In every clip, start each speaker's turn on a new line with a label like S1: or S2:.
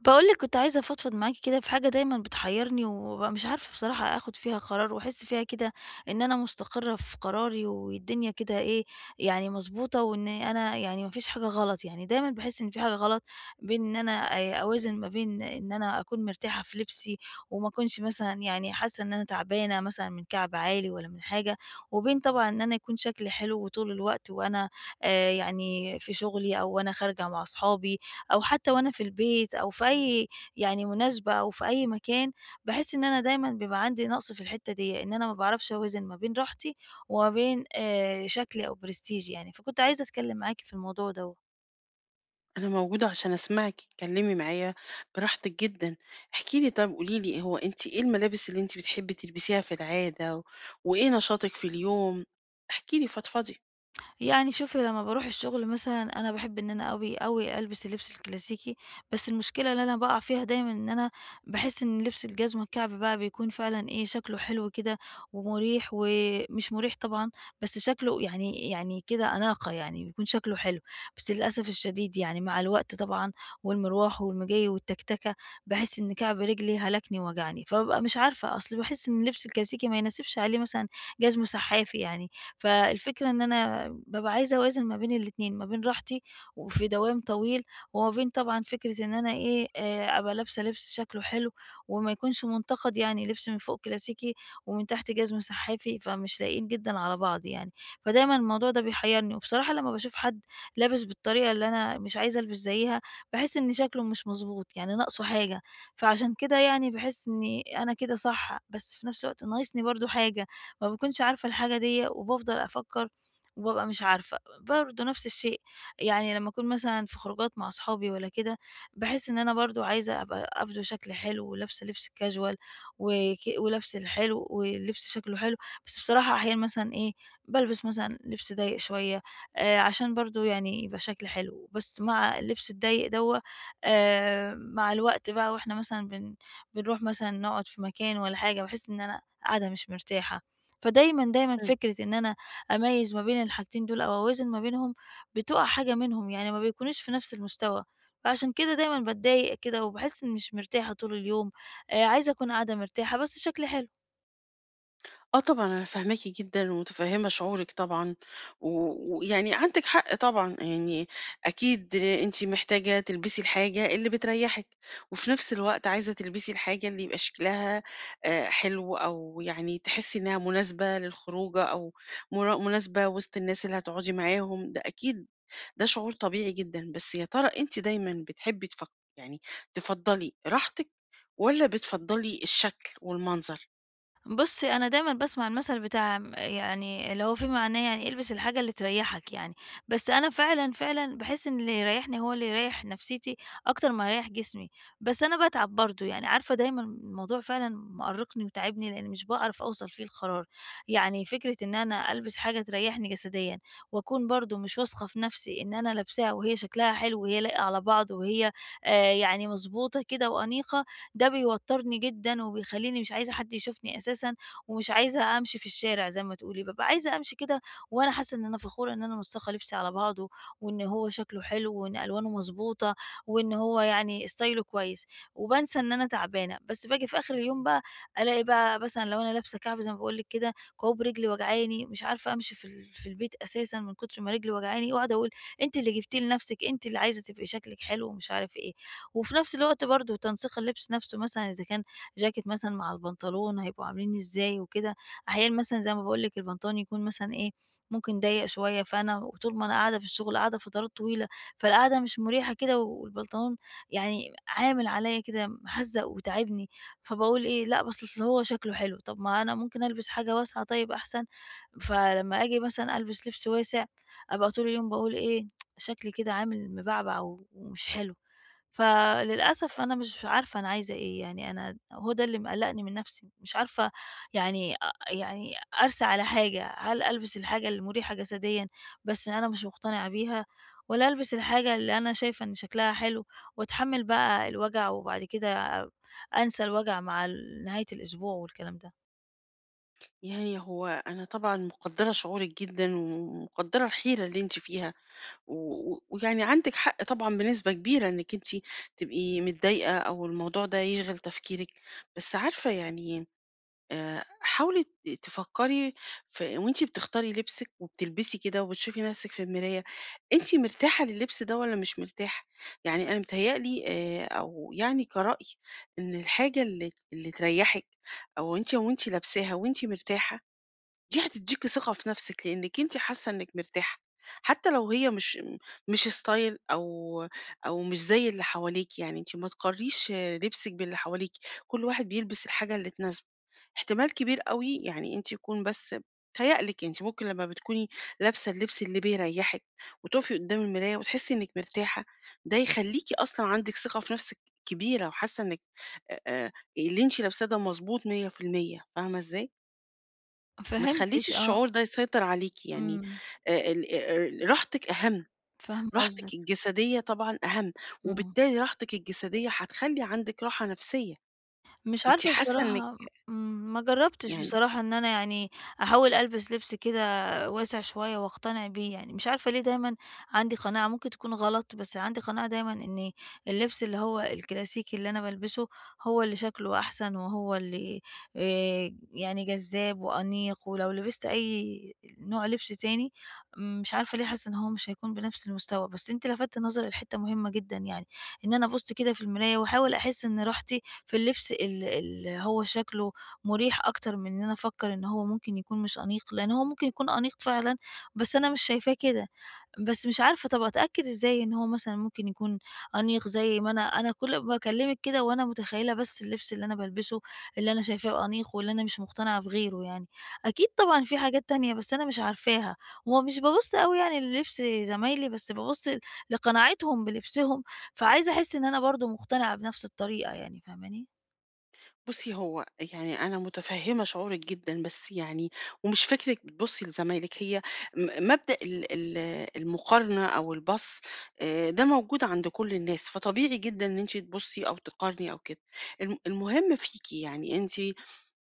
S1: باقول لِك كنت عايزة أفضفض معاكِ كده في حاجة دايمًا بتحيرني، وبابقى مش عارفة بصراحة آخد فيها قرار، واحس فيها كده إن أنا مستقرة في قراري، والدنيا كده إيه يعني مضبوطة، وإن أنا يعني ما فيش حاجة غلط، يعني دايمًا باحس إن في حاجة غلط بين إن أنا أوازن ما بين إن أنا أكون مرتاحة في لبسي، وما أكونش مثلًا يعني حاسة إن أنا تعبانة مثلًا من كعب عالي ولا من حاجة، وبين طبعًا إن أنا يكون شكلي حلو طول الوقت، وأنا يعني في شغلي وأنا خارجة مع أصحابي، أو حتى وأنا في البيت أو في أي يعني مناسبة أو في أي مكان. باحس إن أنا دايمًا بيبقى عندي نقص في الحتّة ديّة، إن أنا ما باعرفش أوازن ما بين راحتي وما بين شكلي أو برستيجي يعني، فكنت عايزة أتكلّم معاكِ في الموضوع دوّة.
S2: أنا موجودة عشان أسمعِك، اتكلمي معايا براحتِك جدًا. احكي لي، طَب قولي لي، هو أنتِ إيه الملابس اللي أنتِ بتحبي تلبسيها في العادة، وإيه نشاطِك في اليوم؟ احكي لي، فضفضي.
S1: يعني شوفي، لمّا باروح الشغل مثلًا أنا باحب إن أنا أوي، أوي ألبس اللبس الكلاسيكي، بس المشكلة اللي أنا باقع فيها دايمًا إن أنا باحس إن لبس الجزمة الكعب بقى بيكون فعلًا إيه، شكله حلو كده ومريح ومش مريح طبعًا، بس شكله يعني كده أناقة يعني، بيكون شكله حلو، بس للأسف الشديد يعني مع الوقت طبعًا والمروح والمجي والتكتكة، باحس إن كعب رجلي هلكني ووجعني، فبابقى مش عارفة، أصل باحس إن اللبس الكلاسيكي ما يناسبش عليه مثلًا جزمة سحافي يعني. فالفكرة إن أنا بابقى عايزة أوازن ما بين الاتنين، ما بين راحتي وفي دوام طويل، وما بين طبعًا فكرة إن أنا إيه، أبقى لابسة لبس شكله حلو وما يكونش منتقد، يعني لبس من فوق كلاسيكي ومن تحت جزم سحافي، فمش لايقين جدًا على بعض يعني. فدايمًا الموضوع ده بيحيرني، وبصراحة لمّا باشوف حد لابس بالطريقة اللي أنا مش عايزة ألبس زيها، باحس إن شكله مش مضبوط، يعني ناقصه حاجة، فعشان كده يعني باحس إني أنا كده صح، بس في نفس الوقت ناقصني برضه حاجة. ما باكونش عارفة الحاجة ديّة وبافضل أفكّر وبابقى مش عارفة. برضه نفس الشيء، يعني لمّا أكون مثلًا في خروجات مع أصحابي والّا كده، باحس إن أنا برضه عايزة أبقى أبدُو شكل حلو ولابسة لبس casual ولبس الحلو واللبس شكله حلو، بس بصراحة أحيانًا مثلًا إيه، بالبس مثلًا لبس ضيّق شوية عشان برضه يعني يبقى شكل حلو، بس مع اللبس الضيّق دوّة مع الوقت بقى وإحنا مثلًا بنروح مثلًا نقعد في مكان والّا حاجة، باحس إن أنا قاعدة مش مرتاحة. دايمًا فكرة إن أنا أميّز ما بين الحاجتين دول أو أوازن ما بينهم، بتُقع حاجة منهم، يعني ما بيكونوش في نفس المستوى، فعشان كده دايمًا باتضايق كده وباحس إني مش مرتاحة طول اليوم، عايزة أكون قاعدة مرتاحة بس شكلي حلو.
S2: آه طبعًا، أنا فاهماكِ جدًا ومتفهّمة شعورِك طبعًا، و ويعني عندِك حق طبعًا، يعني أكيد أنتِ محتاجة تلبسي الحاجة اللي بتريّحِك، وفي نفس الوقت عايزة تلبسي الحاجة اللي يبقى شكلها حلو، أو يعني تحسّي إنها مناسبة للخروجة أو مناسبة وسط الناس اللي هتقعدي معاهم، ده أكيد ده شعور طبيعي جدًا، بس يا ترى أنتِ دايمًا بتحبّي يعني تفضّلي راحتِك والّا بتفضّلي الشكل والمنظر؟
S1: بُصّي، أنا دايمًا باسمع المثل بتاع يعني اللي هو فيه معناه يعني البس الحاجة اللي تريّحك يعني، بس أنا فعلًا، فعلًا باحس إن اللي يريّحني هو اللي يريّح نفسيتي أكتر ما يريّح جسمي، بس أنا باتعب برضه، يعني عارفة دايمًا الموضوع فعلًا مأرّقني وتاعبني لإن مش باعرف أوصل فيه لقرار. يعني فكرة إن أنا ألبس حاجة تريّحني جسديًا وأكون برضه مش واثقة في نفسي إن أنا لابساها وهي شكلها حلو وهي لايقة على بعض وهي يعني مضبوطة كده وأنيقة، ده بيوتّرني جدًا وبيخلّيني مش عايزة حد يشوفني أساسًا ومش عايزة أمشي في الشارع. زي ما تقولي، بابقى عايزة أمشي كده وأنا حاسّة إن أنا فخورة إن أنا منسّقة لبسي على بعضه، وإن هو شكله حلو وإن ألوانه مضبوطة وإن هو يعني ستايله كويس، وبانسى إن أنا تعبانة، بس باجي في آخر اليوم بقى ألاقي بقى مثلًا لو أنا لابسة كعب، زي ما باقول لِك كده، كوعوب رجلي وجعاني، مش عارفة أمشي في في البيت أساسًا من كتر ما رجلي وجعاني، واقعد أقول أنتِ اللي جبتيه لنفسِك، أنتِ اللي عايزة تبقي شكلِك حلو ومش عارف إيه. وفي نفس الوقت برضه تنسيق اللبس نفسه، مثلًا إذا كان جاكيت مثلًا مع البنطلون، هيبقوا عاملين إزاي وكده. أحيانًا مثلًا زي ما باقول لِك البنطلون يكون مثلًا إيه، ممكن ضيّق شوية، فأنا وطول ما أنا قاعدة في الشغل قاعدة فترات طويلة، فالقعدة مش مريحة كده، والبنطلون يعني عامل عليَّ كده محزّق وتاعبني، فباقول إيه، لأ بس أصل هو شكله حلو، طب ما أنا ممكن ألبس حاجة واسعة طيب أحسن، فلما آجي مثلًا ألبس لبس واسع أبقى طول اليوم باقول إيه، شكلي كده عامل مبعبع ومش حلو. فللأسف أنا مش عارفة أنا عايزة إيه، يعني أنا هو ده اللي مقلّقني من نَفْسي، مش عارفة يعني يعني أرسى على حاجة. هل ألبس الحاجة المُريحة جسديًا بس أنا مش مقتنعة بيها، والّا ألبس الحاجة اللي أنا شايفة إن شكلها حلو وأتحمّل بقى الوجع، وبعد كده أنسى الوجع مع نهاية الأسبوع والكلام ده؟
S2: يعني هو أنا طبعًا مقدّرة شعورِك جدًا، ومقدّرة الحيرة اللي أنتِ فيها، و و ويعني عندِك حق طبعًا بنسبة كبيرة إنِّك أنتِ تبقي متضايقة أو الموضوع ده يشغل تفكيرِك، بس عارفة يعني حاولي تفكّري في، وأنتِ بتختاري لبسِك وبتلبسي كده وبتشوفي نَفْسِك في المراية، أنتِ مرتاحة للبس ده والّا مش مرتاحة؟ يعني أنا متهيأ لي أو يعني كرأي إن الحاجة اللي تريّحِك، أو أنتِ وأنتِ لابساها وأنتِ مرتاحة، دي هتدّيكِ ثقة في نَفْسِك، لإنِّك أنتِ حاسة إنِّك مرتاحة، حتى لو هي مش style أو أو مش زي اللي حواليكِ، يعني أنتِ ما تقارنيش لبسِك باللي حواليكِ، كل واحد بيلبس الحاجة اللي تناسبه، احتمال كبير أوي، يعني أنتِ يكون بس بيتهيأ لِك أنتِ، ممكن لمّا بتكوني لابسة اللبس اللي بيريحِك وتقفي قدّام المراية وتحسي إنِّك مرتاحة، ده يخلّيكِ أصلًا عندِك ثقة في نَفْسِك كبيرة، وحاسة إنِّك آآ، آآ، اللي أنتِ لابساه ده مضبوط 100%، فاهمة إزاي؟ ما تخلّيش
S1: فهمتِك آه،
S2: الشعور ده يسيطر عليكِ، يعني
S1: إمم،
S2: ال راحتِك أهم،
S1: فاهمة
S2: راحتِك
S1: قصدِك،
S2: الجسدية طبعًا أهم،
S1: إمم.
S2: وبالتالي راحتِك الجسدية هتخلّي عندِك راحة نفسية،
S1: مش
S2: أنتِ
S1: عارفة
S2: حاسة إنِّك
S1: بصراحة. ما جرّبتش
S2: يعني.
S1: بصراحة إن أنا يعني أحاول ألبس لبس كده واسع شوية وأقتنع بيه يعني. مش عارفة ليه دايمًا عندي قناعة ممكن تكون غلط، بس عندي قناعة دايمًا إن اللبس اللي هو الكلاسيكي اللي أنا بالبسه هو اللي شكله أحسن، وهو اللي يعني جذاب وأنيق، ولو لبست أي نوع لبس تاني مش عارفة ليه حاسة إن هو مش هيكون بنفس المستوى. بس أنتِ لفتّ نظري لحتّة مهمة جدًا يعني، إن أنا أبُص كده في المراية وأحاول أحس إن راحتي في اللبس اللي هو شكله مُريح أكتر من إن أنا أفكّر إن هو ممكن يكون مش أنيق، لإن هو ممكن يكون أنيق فعلًا، بس أنا مش شايفاه كده. بس مش عارفة طَب أتأكد إزاي إن هو مثلًا ممكن يكون أنيق، زي ما أنا كل ما باكلّمِك كده وأنا متخيّلة بس اللبس اللي أنا بالبسه، اللي أنا شايفاه أنيق واللي أنا مش مقتنعة بغيره يعني، أكيد طبعًا في حاجات تانية بس أنا مش عارفاها، ومش بابُص أوي يعني للبس زمايلي، بس بابُص لقناعتهم بلبسهم، فعايزة أحس إن أنا برضه مقتنعة بنفْس الطريقة يعني، فاهماني؟
S2: بُصّي، هو يعني أنا متفهّمة شعورِك جدًا، بس يعني ومش فكرِك بتبُصّي لزمايلِك، هي مبدأ ال ال المقارنة أو البَص ده موجود عند كل الناس، فطبيعي جدًا إن أنتِ تبُصّي أو تقارني أو كده، المهم فيكِ يعني أنتِ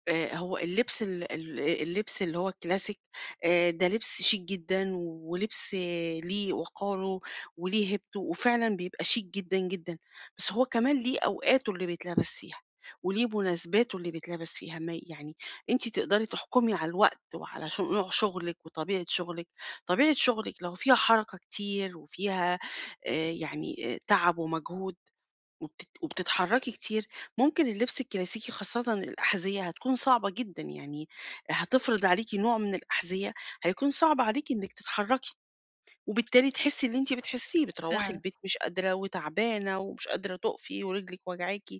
S2: هو اللبس ال ال اللبس اللي هو الكلاسيك ده، لبس شيك جدًا ولبس آه، ليه وقاره وليه هيبته، وفعلًا بيبقى شيك جدًا، جدًا، بس هو كمان ليه أوقاته اللي بيتلبس فيها، وليه مناسباته اللي بيتلبس فيها، ما يعني أنتِ تقدري تحكمي على الوقت وعلى نوع شغلِك وطبيعة شغلِك. طبيعة شغلِك لو فيها حركة كتير وفيها تعب ومجهود وبتتحركي كتير، ممكن اللبس الكلاسيكي خاصةً الأحذية هتكون صعبة جدًا، يعني هتفرض عليكِ نوع من الأحذية هيكون صعب عليكِ إنِّك تتحركي، وبالتالي تحسي اللي أنتِ بتحسيه، بتروّحي
S1: فعلًا،
S2: البيت مش قادرة وتعبانة ومش قادرة تُقفي، ورجلِك واجعاكِ،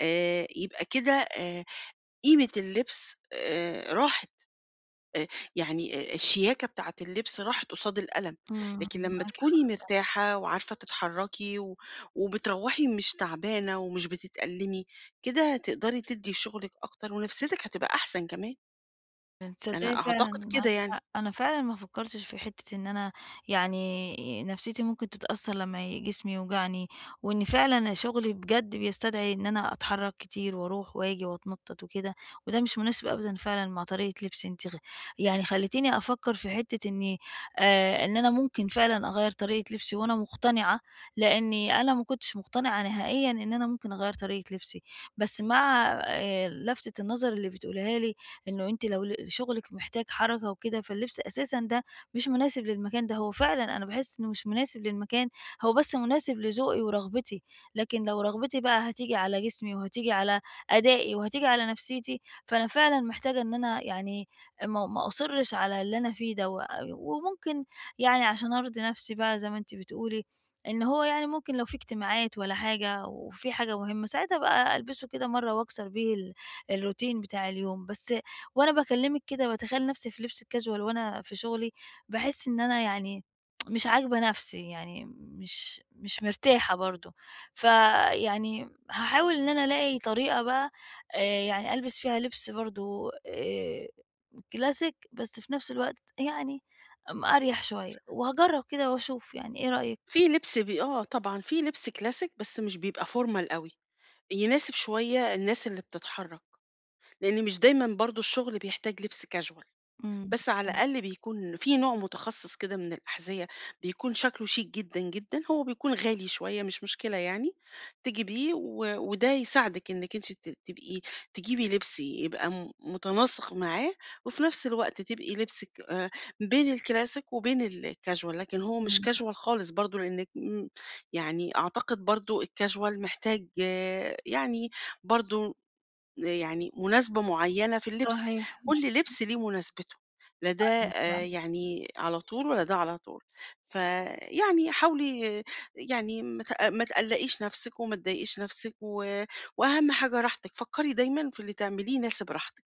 S2: يبقى كده آآ، قيمة اللبس راحت. آآ يعني الشياكة بتاعة اللبس راحت قصاد الألم،
S1: إمم،
S2: لكن لمّا
S1: معاكِ.
S2: تكوني مرتاحة وعارفة تتحرّكي وبتروّحي مش تعبانة ومش بتتألمي، كده تقدري تدّي شغلِك أكتر ونفسيتك هتبقى أحسن كمان، أنا
S1: تصدقي فعلًا
S2: أعتقد كده
S1: معاكِ
S2: يعني.
S1: حق، أنا فعلًا ما فكّرتش في حتّة إن أنا يعني نفسيتي ممكن تتأثّر لمّا جسمي يوجعني، وإن فعلًا شغلي بجد بيستدعي إن أنا أتحرّك كتير وأروح وآجي وأتنطّط وكده، وده مش مناسب أبدًا فعلًا مع طريقة لبسي. أنتِ غ يعني خلّيتيني أفكّر في حتّة إني إن أنا ممكن فعلًا أغيّر طريقة لبسي وأنا مقتنعة، لإني أنا ما كنتش مقتنعة نهائيًا إن أنا ممكن أغيّر طريقة لبسي. بس مع لفتة النظر اللي بتقوليها لي، إنه أنتِ لو شغلِك محتاج حركة وكده، فاللبس أساسًا ده مش مناسب للمكان ده. هو فعلًا أنا باحس إنه مش مناسب للمكان، هو بس مناسب لذوقي ورغبتي، لكن لو رغبتي بقى هتيجي على جسمي وهتيجي على أدائي وهتيجي على نفسيتي، فأنا فعلًا محتاجة إن أنا يعني ما أصرّش على اللي أنا فيه ده، وممكن يعني عشان أرضي نفسي بقى زي ما أنتِ بتقولي، إن هو يعني ممكن لو في اجتماعات والّا حاجة، وفي حاجة مهمة ساعتها بقى ألبسه كده مرّة وأكسر بيه الروتين بتاع اليوم. بس وأنا باكلمِك كده باتخيل نفسي في لبس الcasual وأنا في شغلي، باحس إن أنا يعني مش عاجبة نفسي، يعني مش مرتاحة برضه. فيعني هاحاول إن أنا ألاقي طريقة بقى، آآ، يعني ألبس فيها لبس برضه classic بس في نفس الوقت يعني أريح شوية، وهاجرب كده وأشوف يعني، إيه رأيِك؟
S2: في لبس آه طبعًا، في لبس كلاسيك بس مش بيبقى formal أوي، يناسب شوية الناس اللي بتتحرّك، لإن مش دايمًا برضه الشغل بيحتاج لبس casual.
S1: إمم،
S2: بس على
S1: إمم،
S2: الأقل بيكون في نوع متخصص كده من الأحذية بيكون شكله شيك جدًا، جدًا، هو بيكون غالي شوية مش مشكلة يعني، تجيبيه وده يساعدِك إنِّك أنتِ تبقي تجيبي لبس يبقى متناسق معاه، وفي نفس الوقت تبقي لبسِك بين الكلاسيك وبين الcasual، لكن هو مش
S1: إمم.
S2: casual خالص برضه لإنِّك يعني أعتقد برضه الcasual محتاج آه، يعني برضه يعني مناسبة معينة في اللبس،
S1: صحيح،
S2: كل لبس ليه مناسبته، لا ده يعني على طول ولا ده على طول، فيعني حاولي آه، يعني ما تقلّقيش نفسِك وما تضايقيش نفسِك وأهم حاجة راحتِك، فكّري دايمًا في اللي تعمليه يناسب راحتِك،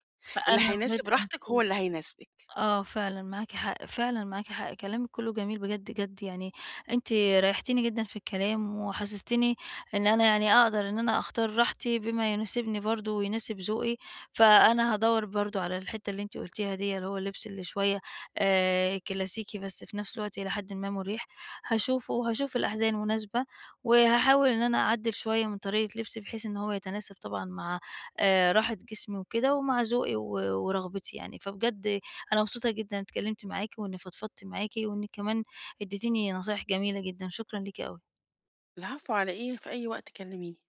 S2: اللي
S1: فأنا بجد
S2: هيناسب راحتِك هو
S1: مبسوطة.
S2: اللي هيناسبِك.
S1: آه، فعلًا معاكِ حق، فعلًا معاكِ حق، كلامِك كلّه جميل بجد، يعني أنتِ ريّحتيني جدًا في الكلام، وحسستيني إن أنا يعني أقدر إن أنا أختار راحتي بما يناسبني برضه ويناسب ذوقي. فأنا هادوّر برضه على الحتّة اللي أنتِ قُلتيها ديّة، اللي هو اللبس اللي شوية كلاسيكي بس في نفس الوقت إلى حدٍ ما مُريح، هاشوفه وهاشوف الأحذية المناسبة، وهاحاول إن أنا أعدّل شوية من طريقة لبسي بحيث إن هو يتناسب طبعًا مع راحة جسمي وكده، ومع ذوقي ورغبتي يعني. فبجد أنا مبسوطة جدًا إني اتكلمت معاكِ وإني فضفضت معاكِ، وإنِّك كمان اديتيني نصايح جميلة جدًا، شكرًا ليكِ أوي.
S2: العفو على إيه، في أي وقت كلميني.